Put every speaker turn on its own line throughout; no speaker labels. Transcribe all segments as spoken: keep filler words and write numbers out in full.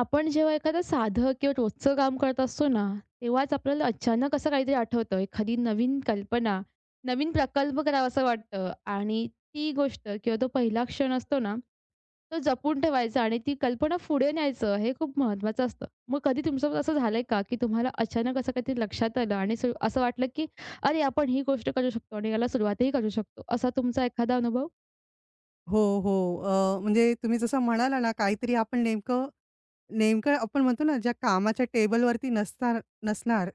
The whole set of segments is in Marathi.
आपण जेव्हा एखादं साधं किंवा रोजचं काम करत असतो ना, तेव्हाच आपल्याला अचानक असं काहीतरी आठवतं. एखादी नवीन कल्पना, नवीन प्रकल्प करावासा वाटतं आणि ती गोष्ट किंवा तो पहिला क्षण असतो ना, तो जपून ठेवायचा आणि ती कल्पना पुढे न्यायचं हे खूप महत्त्वाचं असतं. मग कधी तुमच्यासोबत असं झालंय का, की तुम्हाला अचानक असं काहीतरी लक्षात आलं आणि असं असं वाटलं, की "अरे, आपण ही गोष्ट करू शकतो आणि याला सुरुवातही करू शकतो." असा तुमचा एखादा अनुभव?
हो, हो. अ, म्हणजे तुम्ही जसं म्हणाला ना, काहीतरी आपण नेमकं नेमकं आपण म्हणतो ना, ज्या कामाच्या टेबलवरती नसणार नसणार,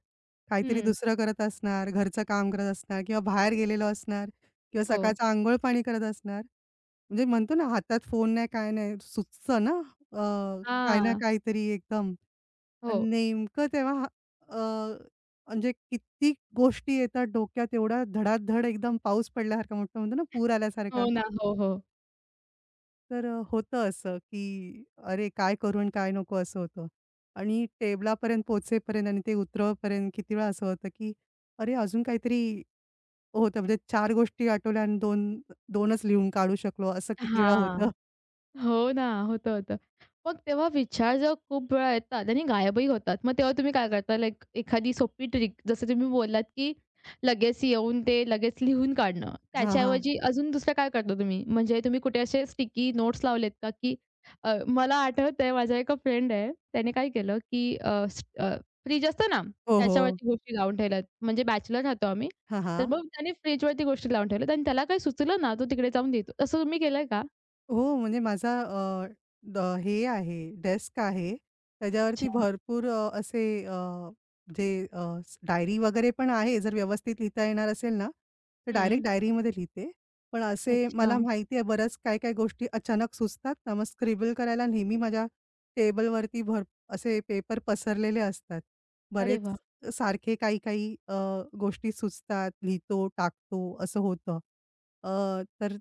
काहीतरी
हं.
दुसरं करत असणार, घरचं काम करत असणार किंवा बाहेर गेलेलो असणार किंवा
हो.
सकाळचं अंघोळ-पाणी करत असणार. म्हणजे म्हणतो ना, हातात फोन नाही, काय नाही, सुचतं ना, अ, काही ना
हां.
काहीतरी एकदम
हो.
आणि नेमकं तेव्हा हा- अ, म्हणजे कित्येक गोष्टी येतात डोक्यात, एवढा धडाधड एकदम पाऊस पडल्यासारखा, मोठं म्हणतो ना, पूर
हो
आल्यासारखा.
ना. हो, हो.
तर अ, होतं असं, की अरे काय करू आणि काय नको असं होतं. आणि टेबलापर्यंत पोहोचेपर्यंत आणि ते उतरवपर्यंत किती वेळा असं होतं, की अरे अजून काहीतरी होतं. म्हणजे चार गोष्टी आठवल्या आणि दोन 2च लिहून काढू शकलो असं किती वेळा होतं.
हां. हो ना, होतं, होतं. मग तेव्हा विचार जेव्हा खूप वेळा येतात आणि गायबही होतात. मग तेव्हा तुम्ही काय करता? लाइक एखादी सोपी ट्रिक जसं तुम्ही बोललात, की लगेच येऊन ते लगेच लिहून काढणं.
हां, हां.
त्याच्याऐवजी अजून दुसरं काय करता तुम्ही? म्हणजे तुम्ही कुठे असे स्टिकी नोट्स लावलेत का, की अ, मला आठवतंय माझा एका फ्रेंड आहे, त्याने काय केलं, की अ, स अ, फ्रिज असतं ना,
हो, हो.
त्याच्यावरती गोष्टी लावून ठेवल्यात. म्हणजे बॅचलर राहतो आम्ही.
हां,
तर
हां.
मग त्याने फ्रिजवरती गोष्टी लावून ठेवल्यात आणि त्याला काही सुचलं ना, तो तिकडे जाऊन देतो. असं तुम्ही केलंय का?
हो, म्हणजे माझा अ, द हे आहे, डेस्क आहे. त्याच्यावरती
अच्छा.
भरपूर अ, असे अ, जे अ, स- डायरी वगैरे पण आहे. जर व्यवस्थित लिहिता येणार असेल ना, तर
हं.
डायरेक्ट डायरीमध्ये लिहिते. पण असे
अच्छा.
मला माहिती आहे बऱ्याच काय-काय गोष्टी अचानक सुचतात ना, मग स्क्रिबल करायला नेहमी माझ्या टेबलवरती भर असे पेपर पसरलेले असतात.
अरे वाह!
बरेच सारखे काही काही अ, गोष्टी सुचतात, लिहितो, टाकतो असं होतं. अ, तर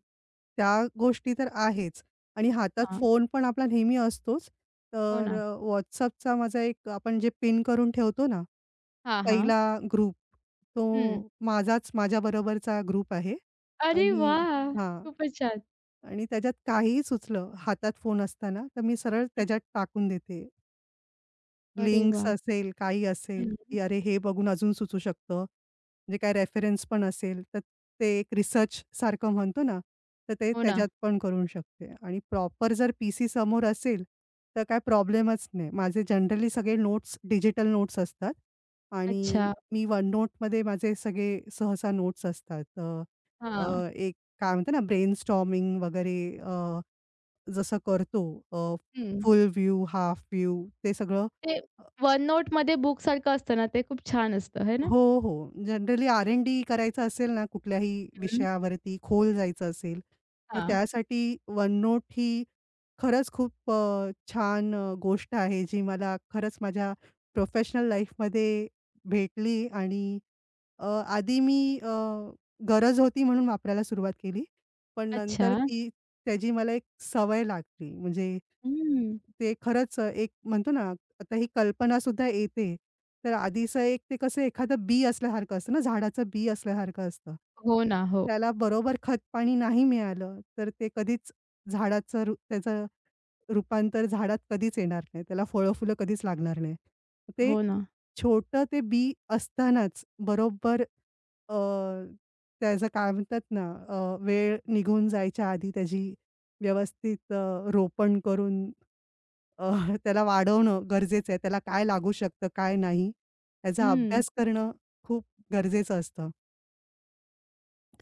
त्या गोष्टी तर आहेच आणि हातात
हां.
फोन पण आपला नेहमी असतोच.
हो
तर
ना.
अ, WhatsAppचा माझा एक आपण जे पिन करून ठेवतो ना,
हां, हां.
पहिला ग्रुप तो
हं.
माझाच माझ्याबरोबरचा ग्रुप आहे
अरे
आणि
वाह!
हां.
खूपच छान.
आणि त्याच्यात काहीही सुचलं हातात फोन असताना, तर मी सरळ
हं.
त्याच्यात टाकून देते.
अरे
लिंक्स
वाह!
असेल, काही असेल,
हं.
की अरे हे बघून अजून सुचू शकतं. म्हणजे काय रेफरन्स पण असेल, तर ते एक रिसर्च सारखं म्हणतो ना, तर ते
हो ना.
त्याच्यात पण करू शकते आणि प्रॉपर जर पीसी समोर असेल, तर काय प्रॉब्लेमच नाही. माझे जनरली सगळे नोट्स डिजिटल नोट्स असतात आणि
अच्छा.
मी OneNoteमध्ये माझे सगळे सहसा नोट्स असतात. अ,
हां.
अ, एक काय म्हणतात ना ब्रेनस्टॉर्मिंग वगैरे अ, जसं करतो
हं.
फुल व्ह्यू, हाफ व्ह्यू ते सगळं
ते वन नोटमध्ये बुकसारखं असतं ना, ते खूप छान असतं, है ना?
हो, हो. जनरली आर-एन-डी करायचं असेल ना कुठल्याही
हं.
विषयावरती खोल जायचं असेल, तर
हां.
त्यासाठी OneNote ही खरंच खूप अ, छान अ, गोष्ट आहे जी मला खरंच माझ्या प्रोफेशनल लाईफमध्ये भेटली आणि अ, आधी मी अ, गरज होती म्हणून वापरायला सुरुवात केली. पण
अच्छा.
नंतर ती त्याची मला एक सवय लागली. म्हणजे
हं.
ते खरंच एक म्हणतो ना, आता ही कल्पनासुद्धा येते. तर आधीचं एक ते कसं एखादं बी असल्यासारखं असतं ना, झाडाचं बी असल्यासारखं असतं.
हो ना. हो.
त्याला बरोबर खतपाणी नाही मिळालं, तर ते कधीच झाडाचं रू त्याचं रूपांतर झाडात कधीच येणार नाही. त्याला फळं-फुलं कधीच लागणार नाही. ते
हो ना.
छोटं ते बी असतानाच बरोबर अ, त्याचं काय म्हणतात ना अ, वेळ निघून जायच्या आधी त्याची व्यवस्थित अ, रोपण करून अ, त्याला वाढवणं गरजेचं आहे. त्याला काय लागू शकतं, काय नाही, याचा
हं.
अभ्यास करणं खूप गरजेचं असतं.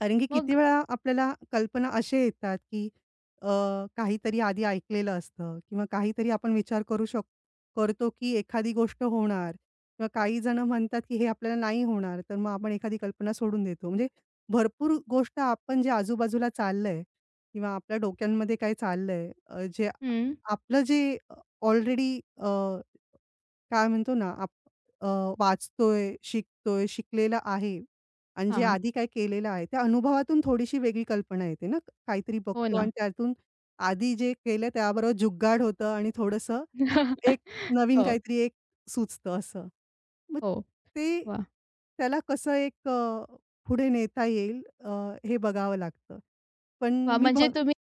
कारण की
मग
किती वेळा आपल्याला कल्पना अशा येतात, की अ, काहीतरी आधी ऐकलेलं असतं किंवा काहीतरी आपण विचार करू शक करतो, की एखादी गोष्ट होणार किंवा काही जण म्हणतात, की हे आपल्याला नाही होणार. तर मग आपण एखादी कल्पना सोडून देतो. म्हणजे भरपूर गोष्ट आपण जे आजूबाजूला चाललंय किंवा आपल्या डोक्यांमध्ये काय चाललंय, अ, जे
हं.
आपलं जे ऑलरेडी काय म्हणतो ना, आप अ, वाचतोय, शिकतोय, शिकलेला आहे आणि जे
हां.
आधी काय केलेलं आहे, त्या अनुभवातून थोडीशी वेगळी कल्पना येते ना. काहीतरी
हो
बघतो
ना.
आणि त्यातून आधी जे केलं त्याबरोबर जुगाड होतं आणि थोडंसं एक नवीन
हो,
काहीतरी एक सुचतं असं. मग
हो.
ते
वाह!
त्याला कसं एक अ, पुढे नेता येईल अ, हे बघावं लागतं. पण
वाह!
मी भ
म्हणजे तुम्ही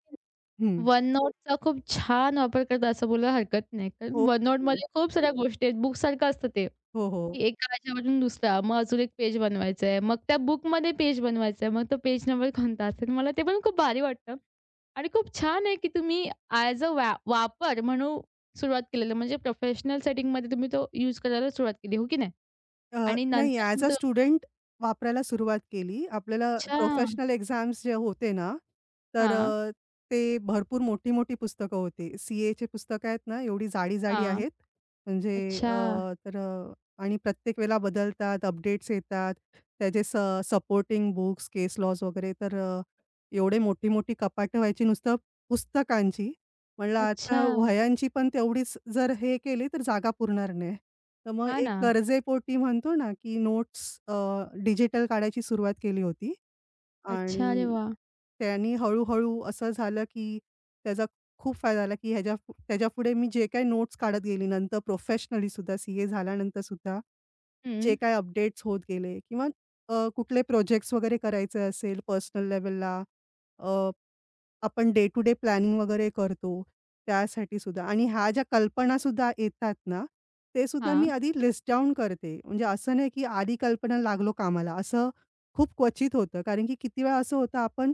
हं.
वन नोटचा खूप छान वापर करतात असं बोलायला हरकत नाही. कारण
हो,
वन
हो.
नोटमध्ये खूप साऱ्या गोष्टी आहेत. बुकसारखं असतं ते,
हो,
की
हो.
एका ह्याच्यावरून दुसरा, मग अजून एक पेज बनवायचं आहे. मग त्या बुकमध्ये पेज बनवायचा आहे. मग तो पेज नंबर कोणता असेल? मला ते पण खूप भारी वाटतं आणि खूप छान आहे, की तुम्ही ॲज अ वा वापर म्हणून सुरुवात केलेलं. म्हणजे प्रोफेशनल सेटिंगमध्ये तुम्ही तो यूज करायला सुरुवात केली, हो की नाही?
अ,
आणि
नाही
नंतर मग
ॲज अ
तो
स्टुडंट वापरायला सुरुवात केली. आपल्याला
अच्छा.
प्रोफेशनल एक्झाम्स जे होते ना, तर
हां,
अ, ते भरपूर मोठी-मोठी पुस्तकं होती. सी-एची पुस्तकं आहेत ना, एवढी जाडी-जाडी
हां.
आहेत. म्हणजे
अच्छा,
अ, तर अ, आणि प्रत्येक वेळेला बदलतात, अपडेट्स येतात. त्याचे स सपोर्टिंग बुक्स, केस लॉज वगैरे तर अ, एवढे मोठी-मोठी कपाटं व्हायची नुसतं पुस्तकांची. म्हणलं
अच्छा.
आता वह्यांची पण तेवढीच जर हे केली तर जागा पुरणार नाही. तर मग
हां
एक
ना.
गरजेपोटी म्हणतो ना, की नोट्स अ, डिजिटल काढायची सुरुवात केली होती
अच्छा, अरे
आणि
वाह!
त्यांनी हळू-हळू असं झालं, की त्याचा खूप फायदा झाला, की ह्याच्या त्याच्यापुढे मी जे काही नोट्स काढत गेली नंतर प्रोफेशनली सुद्धा सीए झाल्यानंतर सुद्धा जे
हं.
काही अपडेट्स होत गेले किंवा अ, कुठले प्रोजेक्ट्स वगैरे करायचे असेल पर्सनल लेव्हलला आपण डे टू डे प्लॅनिंग वगैरे करतो, त्यासाठी सुद्धा आणि ह्या ज्या कल्पनासुद्धा येतात ना, ते सुद्धा मी
हां.
आधी लिस्ट डाउन करते. म्हणजे असं नाही, की आधी कल्पना लागलो कामाला, असं खूप क्वचित होतं. कारण की किती वेळा असं होतं आपण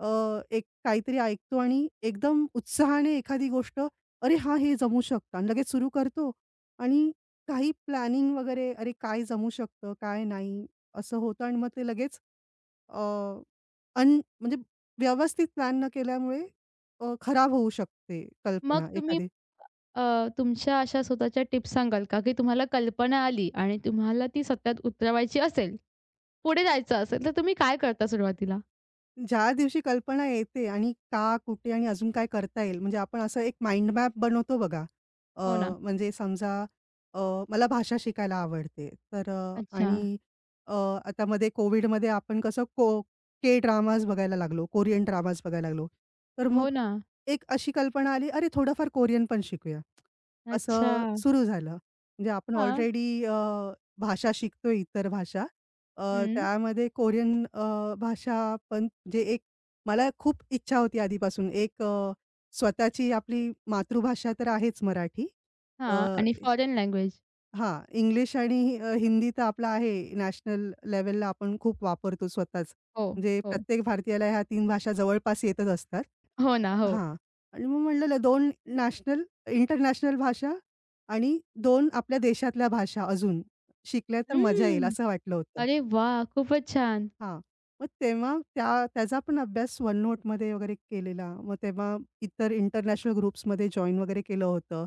अ, एक काहीतरी ऐकतो आणि एकदम उत्साहाने एखादी गोष्ट, "अरे हां, हे जमू शकतं" आणि लगेच सुरू करतो आणि काही प्लॅनिंग वगैरे, "अरे काय जमू शकतं, काय नाही?" असं होतं आणि मग ते लगेच अ, अन म्हणजे व्यवस्थित प्लॅन न केल्यामुळे अ, खराब होऊ शकते
मग
कल्पना
तुम्ही
एखादी.
अ, तुमच्या अशा स्वतःच्या टिप्स सांगाल का, की तुम्हाला कल्पना आली आणि तुम्हाला ती सत्यात उतरवायची असेल, पुढे जायचं असेल, तर तुम्ही काय करता सुरुवातीला?
ज्या दिवशी कल्पना येते आणि का, कुठे आणि अजून काय करता येईल, म्हणजे आपण असं एक माइंड मॅप बनवतो बघा. अ,
हो ना.
म्हणजे समजा अ, मला भाषा शिकायला आवडते, तर अ,
अच्छा.
आणि अ, आता मध्ये कोविडमध्ये आपण कसं को के ड्रामाज बघायला लागलो, कोरियन ड्रामाज बघायला लागलो. तर मग
हो ना.
एक अशी कल्पना आली, "अरे, थोडंफार कोरियन पण शिकूया."
अच्छा.
असं सुरू झालं. म्हणजे आपण
हां.
ऑलरेडी भाषा शिकतोय, इतर भाषा. अ,
हं.
त्यामध्ये कोरियन अ, भाषा पण म्हणजे एक मला खूप इच्छा होती आधीपासून एक अ, स्वतःची आपली मातृभाषा तर आहेच मराठी. अ,
हां. आणि फॉरेन लँग्वेज.
हां, इंग्लिश आणि अ, हिंदी तर आपला आहे नॅशनल लेव्हलला आपण खूप वापरतो स्वतःच.
हो,
म्हणजे
हो.
प्रत्येक भारतीयाला ह्या तीन भाषा जवळपास येतच असतात.
हो ना. हो.
हां. आणि मग म्हटलेलं दोन नॅशनल इंटरनॅशनल भाषा आणि दोन आपल्या देशातल्या भाषा अजून शिकल्या तर मजा येईल
हं.
असं वाटलं होतं.
अरे वाह! खूपच छान.
हां. मग तेव्हा त्या त्याचा पण अभ्यास OneNoteमध्ये वगैरे केलेला. मग तेव्हा इतर इंटरनॅशनल ग्रुप्समध्ये जॉइन वगैरे केलं होतं.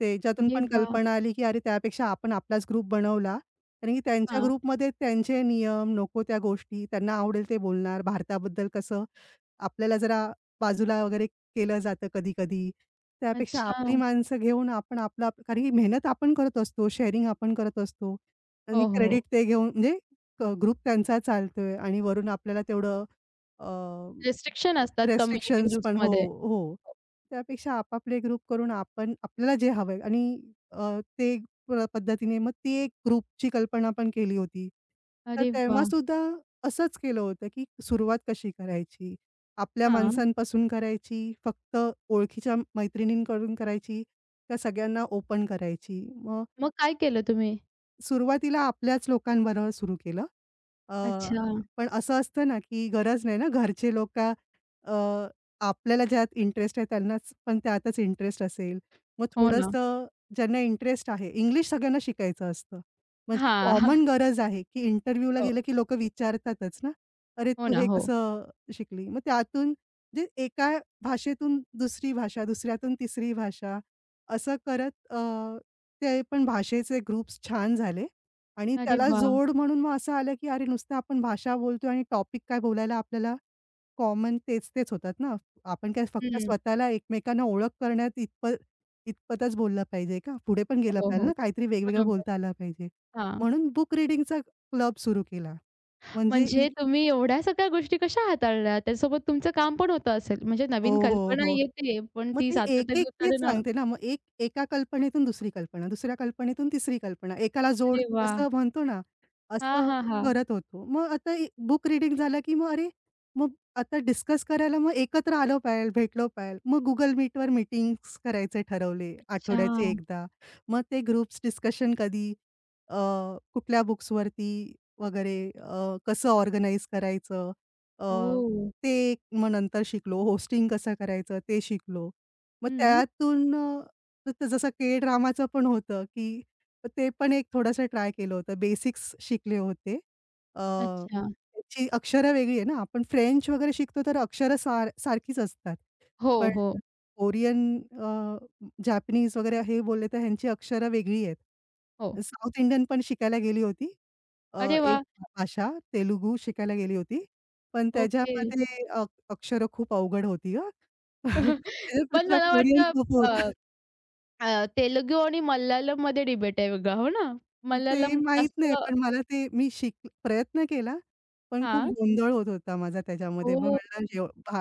त्याच्यातून
अरे
पण
वाह!
कल्पना आली, की अरे त्यापेक्षा आपण आपलाच ग्रुप बनवला. कारण की त्यांच्या
हां.
ग्रुपमध्ये त्यांचे नियम, नको त्या गोष्टी त्यांना आवडेल ते बोलणार. भारताबद्दल कसं आपल्याला जरा बाजूला वगैरे केलं जातं कधी-कधी. त्यापेक्षा
अच्छा.
आपली माणसं घेऊन आपण आपला कारण की मेहनत आपण करत असतो, शेअरिंग आपण करत असतो आणि
हो, हो.
क्रेडिट ते घेऊन म्हणजे क ग्रुप त्यांचा चालतोय आणि वरून आपल्याला तेवढं
रिस्ट्रिक्शन असतात कम्युनिटी
रेस्ट्रिक्शन्स पण हो,
ग्रुप्समध्ये.
हो. त्यापेक्षा आपापले ग्रुप करून आपण आपल्याला जे हवंय आणि अ, ते प पद्धतीने मग ती एक ग्रुपची कल्पना पण केली होती. तर
अरे वाह!
तेव्हासुद्धा असंच केलं होतं, की सुरुवात कशी करायची? आपल्या
हां.
माणसांपासून करायची, फक्त ओळखीच्या मैत्रिणींकडून करायची, का सगळ्यांना ओपन करायची? मग
मग काय केलं तुम्ही?
सुरुवातीला आपल्याच लोकांबरोबर सुरू केलं. अ,
अच्छा.
पण असं असतं ना, की गरज नाही ना घरचे लोकं अ, आपल्याला ज्यात इंटरेस्ट आहे त्यांनाच पण त्यातच इंटरेस्ट असेल. मग
हो ना.
थोडंसं ज्यांना इंटरेस्ट आहे, इंग्लिश सगळ्यांना शिकायचं असतं. म्हणजे
हां.
कॉमन गरज आहे, की इंटरव्ह्यूला
हो.
गेलं की लोकं विचारतातच ना, "अरे,
हो
तू
ना,
हे
हो.
कसं शिकली?" मग त्यातून म्हणजे एका भाषेतून दुसरी भाषा, दुसऱ्यातून तिसरी भाषा असं करत अ, ते पण भाषेचे ग्रुप्स छान झाले. आणि
अरे
त्याला
वाह!
जोड म्हणून मग असं आलं, की अरे नुसतं आपण भाषा बोलतोय आणि टॉपिक काय बोलायला आपल्याला कॉमन तेच-तेच होतात ना. आपण काय फक्त
हं.
स्वतःला एकमेकांना ओळख करण्यात इतपत इतपतच बोललं पाहिजे का? पुढे पण गेलं
हो,
पाहिजे
हो.
ना, काहीतरी वेगवेगळं
बरोबर.
बोलता आलं पाहिजे.
हां.
म्हणून बुक रीडिंगचा क्लब सुरू केला. म्हणजे इ
म्हणजे तुम्ही एवढ्या सगळ्या गोष्टी कशा हाताळल्या? त्यासोबत तुमचं काम पण होतं असेल. म्हणजे
हो,
नवीन
हो,
कल्पना
हो.
येते, पण
मग
ती
ते
सातत्यात
एक-एक तेच
उतरणं
सांगते ना, मग एक एका कल्पनेतून दुसरी कल्पना, दुसऱ्या कल्पनेतून तिसरी कल्पना, एकाला जोड
अरे वाह!
असं म्हणतो ना,
हां,
असं
हां, हां.
करत होतो. मग आता ए बुक रीडिंग झालं, की मग अरे, मग आता डिस्कस करायला मग एकत्र आलो पाहिजे, भेटलो पाहिजे. मग Google Meetवर मीटिंग्स करायचे ठरवले आठवड्याचे
अच्छा.
एकदा. मग ते ग्रुप्स डिस्कशन कधी अ, कुठल्या बुक्सवरती वगैरे अ, कसं ऑर्गनाइज करायचं अ,
ओह!
ते एक मग नंतर शिकलो. होस्टिंग कसं करायचं ते शिकलो. मग
हं.
त्यातून अ, त जसं के ड्रामाचं पण होतं, की ते पण एक थोडंसं ट्राय केलं होतं. बेसिक्स शिकले होते. अ,
अच्छा.
त्याची अक्षरं वेगळी आहे ना. आपण फ्रेंच वगैरे शिकतो तर अक्षरं सार सारखीच असतात.
हो,
पण
हो,
कोरियन अ, जॅपनीज वगैरे हे बोलले तर ह्यांची अक्षरं वेगळी आहेत.
हो.
साउथ इंडियन पण शिकायला गेली होती. अ,
अरे
एक
वाह!
भाषा तेलुगू शिकायला गेली होती. पण
ओके.
त्याच्यामध्ये अ, अक्षरं खूप अवघड होती हां.
पण
त्याच्यापेक्षा
मला
कोरियन
वाटतं
सोफा
अ,
होता.
अ, तेलुगू आणि मल्याळममध्ये डिबेट आहे बघा, हो ना?
ते
मल्याळम
माहीत
जास्त
नाही, पण मला ते मी शिक प्रयत्न केला, पण खूप
हां.
गोंधळ होत होता माझा त्याच्यामध्ये. मग
ओह!
म्हटलं जेव भा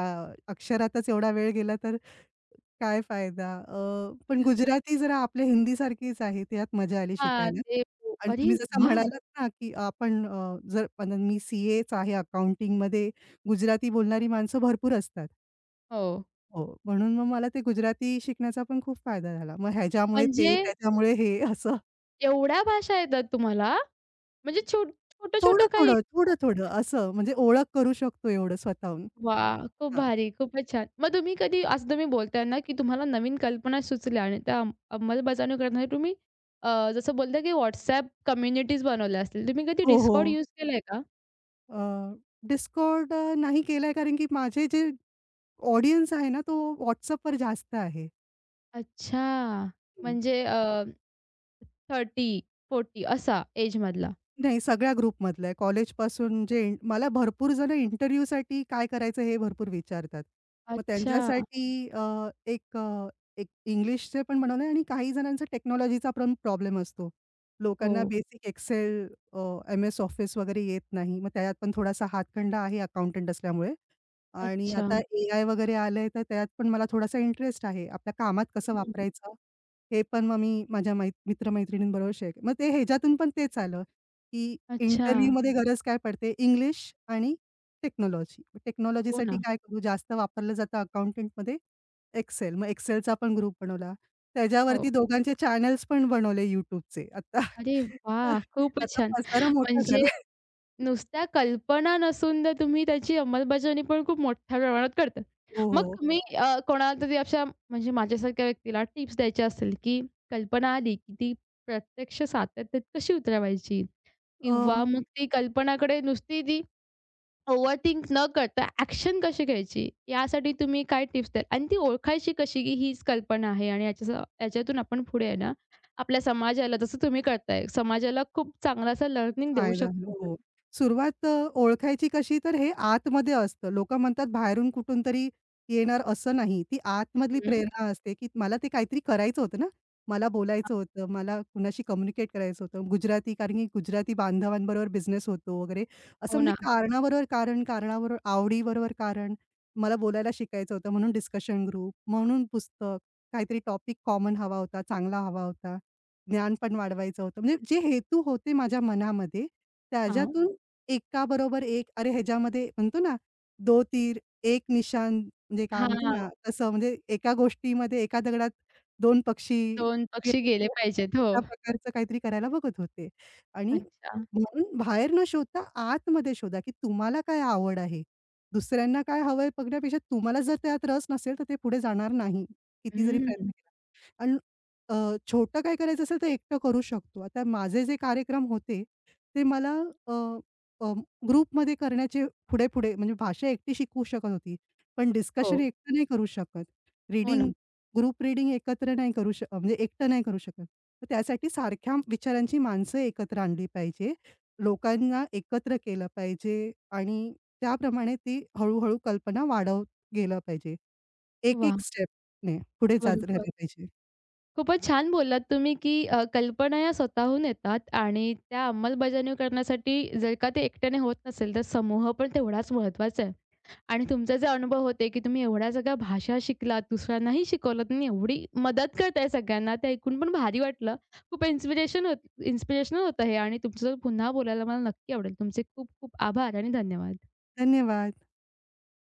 अक्षरातच एवढा वेळ गेला तर काय फायदा? अ, पण गुजराती जरा आपल्या हिंदीसारखीच आहे, त्यात मजा आली
हां,
शिकायला.
ते हो.
आणि
अरे
तुम्ही जसं
वाह!
म्हणालात ना, की आपण अ, जर पण मी सी-एच आहे अकाउंटिंगमध्ये, गुजराती बोलणारी माणसं भरपूर असतात.
हो.
हो, म्हणून मग मला ते गुजराती शिकण्याचा पण खूप फायदा झाला. मग ह्याच्यामुळे
म्हणजे
ते, त्याच्यामुळे हे असं.
एवढ्या भाषा येतात तुम्हाला? म्हणजे छो छोटं-छोटं काही
थोडं-थोडं, थोडं-थोडं असं म्हणजे ओळख करू शकतो एवढं स्वतःहून.
वाह! खूप
हां.
भारी, खूपच छान. मग तुम्ही कधी असं तुम्ही बोलताय ना, की तुम्हाला नवीन कल्पना सुचल्या आणि त्या अंम अंमलबजावणी करण्यासाठी तुम्ही अ, जसं बोलता की WhatsApp कम्युनिटीज बनवल्या असतील. तुम्ही कधी
हो,
Discord
हो.
यूज केलाय का?
अ, Discord अ, नाही केलाय कारण की माझे जे ऑडियन्स आहे ना, तो WhatsAppवर जास्त आहे.
अच्छा.
हं.
म्हणजे अ, तीस चाळीस असा एजमधला.
नाही, सगळ्या ग्रुपमधलं आहे. कॉलेजपासून जे इन मला भरपूर जण इंटरव्ह्यूसाठी काय करायचं हे भरपूर विचारतात. मग
अच्छा.
त्यांच्यासाठी अ, एक अ, एक इंग्लिशचे पण बनवलं आहे आणि काही जणांचा टेक्नॉलॉजीचा पण प्रॉब्लेम असतो.
हो.
लोकांना बेसिक एक्सेल एम-एस ऑफिस वगैरे येत नाही. मग त्यात पण थोडासा हातखंडा आहे अकाउंटंट असल्यामुळे. आणि
अच्छा.
आता एआय वगैरे आलंय, तर त्यात पण मला थोडासा इंटरेस्ट आहे. आपल्या कामात कसं
हं.
वापरायचं, हे पण मग मी माझ्या मै मित्र-मैत्रिणींबरोबर शेअर के- मग ते ह्याच्यातून पण तेच आलं, की
अच्छा.
इंटरव्ह्यूमध्ये गरज काय पडते? इंग्लिश आणि टेक्नॉलॉजी.
हो ना.
टेक्नॉलॉजीसाठी काय करू? जास्त वापरलं जातं अकाउंटंटमध्ये Excel. मग Excelचा पण ग्रुप बनवला. त्याच्यावरती
हो.
दोघांचे चॅनल्स पण बनवले YouTubeचे. आता
अरे वाह! खूपच
आता
छान.
पसारा मोठा
म्हणजे
झाला.
नुसत्या कल्पना नसून तर तुम्ही त्याची अंमलबजावणी पण खूप मोठ्या प्रमाणात करता.
हो,
मग
हो.
तुम्ही हो. अ, कोणाला तरी अशा म्हणजे माझ्यासारख्या व्यक्तीला टिप्स द्यायच्या असतील, की कल्पना आली, की ती प्रत्यक्ष सातत्यात कशी उतरवायची?
अ
किंवा मग ती कल्पनाकडे नुसती ती ओव्हरथिंक न करता ॲक्शन कशी घ्यायची, यासाठी तुम्ही काय टिप्स द्याल? आणि ती ओळखायची कशी, की हीच कल्पना आहे आणि याच्या याच्यातून आपण पुढे आहे ना, आपल्या समाजाला जसं तुम्ही करताय, समाजाला खूप चांगला असा लर्निंग देऊ
फायदा आहे.
शकतो.
हो. सुरुवात अ, ओळखायची कशी तर हे आतमध्ये असतं. लोकं म्हणतात बाहेरून कुठून तरी येणार असं नाही. ती आतमधली
हं,
प्रेरणा असते, की मला ते काहीतरी करायचं होतं ना. मला बोलायचं होतं, मला कुणाशी कम्युनिकेट करायचं होतं. गुजराती कारण की गुजराती बांधवांबरोबर बिझनेस होतो वगैरे. असं
हो
म्हणजे
ना.
कारणाबरोबर कारण, कारणाबरोबर आवडीबरोबर कारण. मला बोलायला शिकायचं होतं म्हणून डिस्कशन ग्रुप, म्हणून पुस्तक, काहीतरी टॉपिक कॉमन हवा होता, चांगला हवा होता. ज्ञान पण वाढवायचं होतं. म्हणजे जे हेतू होते माझ्या मनामध्ये,
हां.
त्याच्यातून एका बरोबर एक अरे ह्याच्यामध्ये म्हणतो ना, दो तीर एक निशान म्हणजे काय म्हणतो
हां,
ना, तसं म्हणजे एका गोष्टीमध्ये एका दगडात दोन पक्षी
दोन पक्षी
गेले
गेले पाहिजेत. हो.
तशा प्रकारचं काहीतरी करायला बघत होते. आणि
अच्छा.
म्हणून बाहेर न शोधता आतमध्ये शोधा, की तुम्हाला काय आवड आहे. दुसऱ्यांना काय हवंय बघण्यापेक्षा तुम्हाला जर त्यात रस नसेल, तर ते पुढे जाणार नाही. किती जरी
हं.
प्रयत्न केला. अ, छोटं काही करायचं असेल तर एकटं करू शकतो. आता माझे जे कार्यक्रम होते, ते मला अ, अ, ग्रुपमध्ये करण्याचे पुढे-पुढे म्हणजे भाषा एकटी शिकवू शकत होती. पण डिस्कशन
हो.
एकटं नाही करू शकत.
हो ना.
रीडिंग, ग्रुप रीडिंग एकत्र नाही करू शक म्हणजे एकटं नाही करू शकत. तर त्यासाठी सारख्या विचारांची माणसं एकत्र आणली पाहिजे. लोकांना एकत्र केलं पाहिजे आणि त्याप्रमाणे ती हळू कल्पना वाढवत गेलं पाहिजे.
वाह!
एक-एक स्टेपने पुढे जात
बरोबर.
राहिलं पाहिजे.
खूपच छान बोललात तुम्ही, की अ, कल्पना या स्वतःहून येतात आणि त्या अंमलबजावणी करण्यासाठी जर का ते एकट्याने होत नसेल, तर समूह पण तेवढाच महत्त्वाचा आहे. आणि तुमचे जे अनुभव होते, की तुम्ही एवढ्या सगळ्या भाषा शिकलात, दुसऱ्यांनाही शिकवलात आणि एवढी मदत करताय सगळ्यांना, ते ऐकून पण भारी वाटलं. खूप इन्स्पिरेशन होत इन्स्पिरेशनल होतं हे आणि तुमच्यासोबत पुन्हा बोलायला मला नक्की आवडेल. तुमचे खूप खूप आभार आणि धन्यवाद.
धन्यवाद.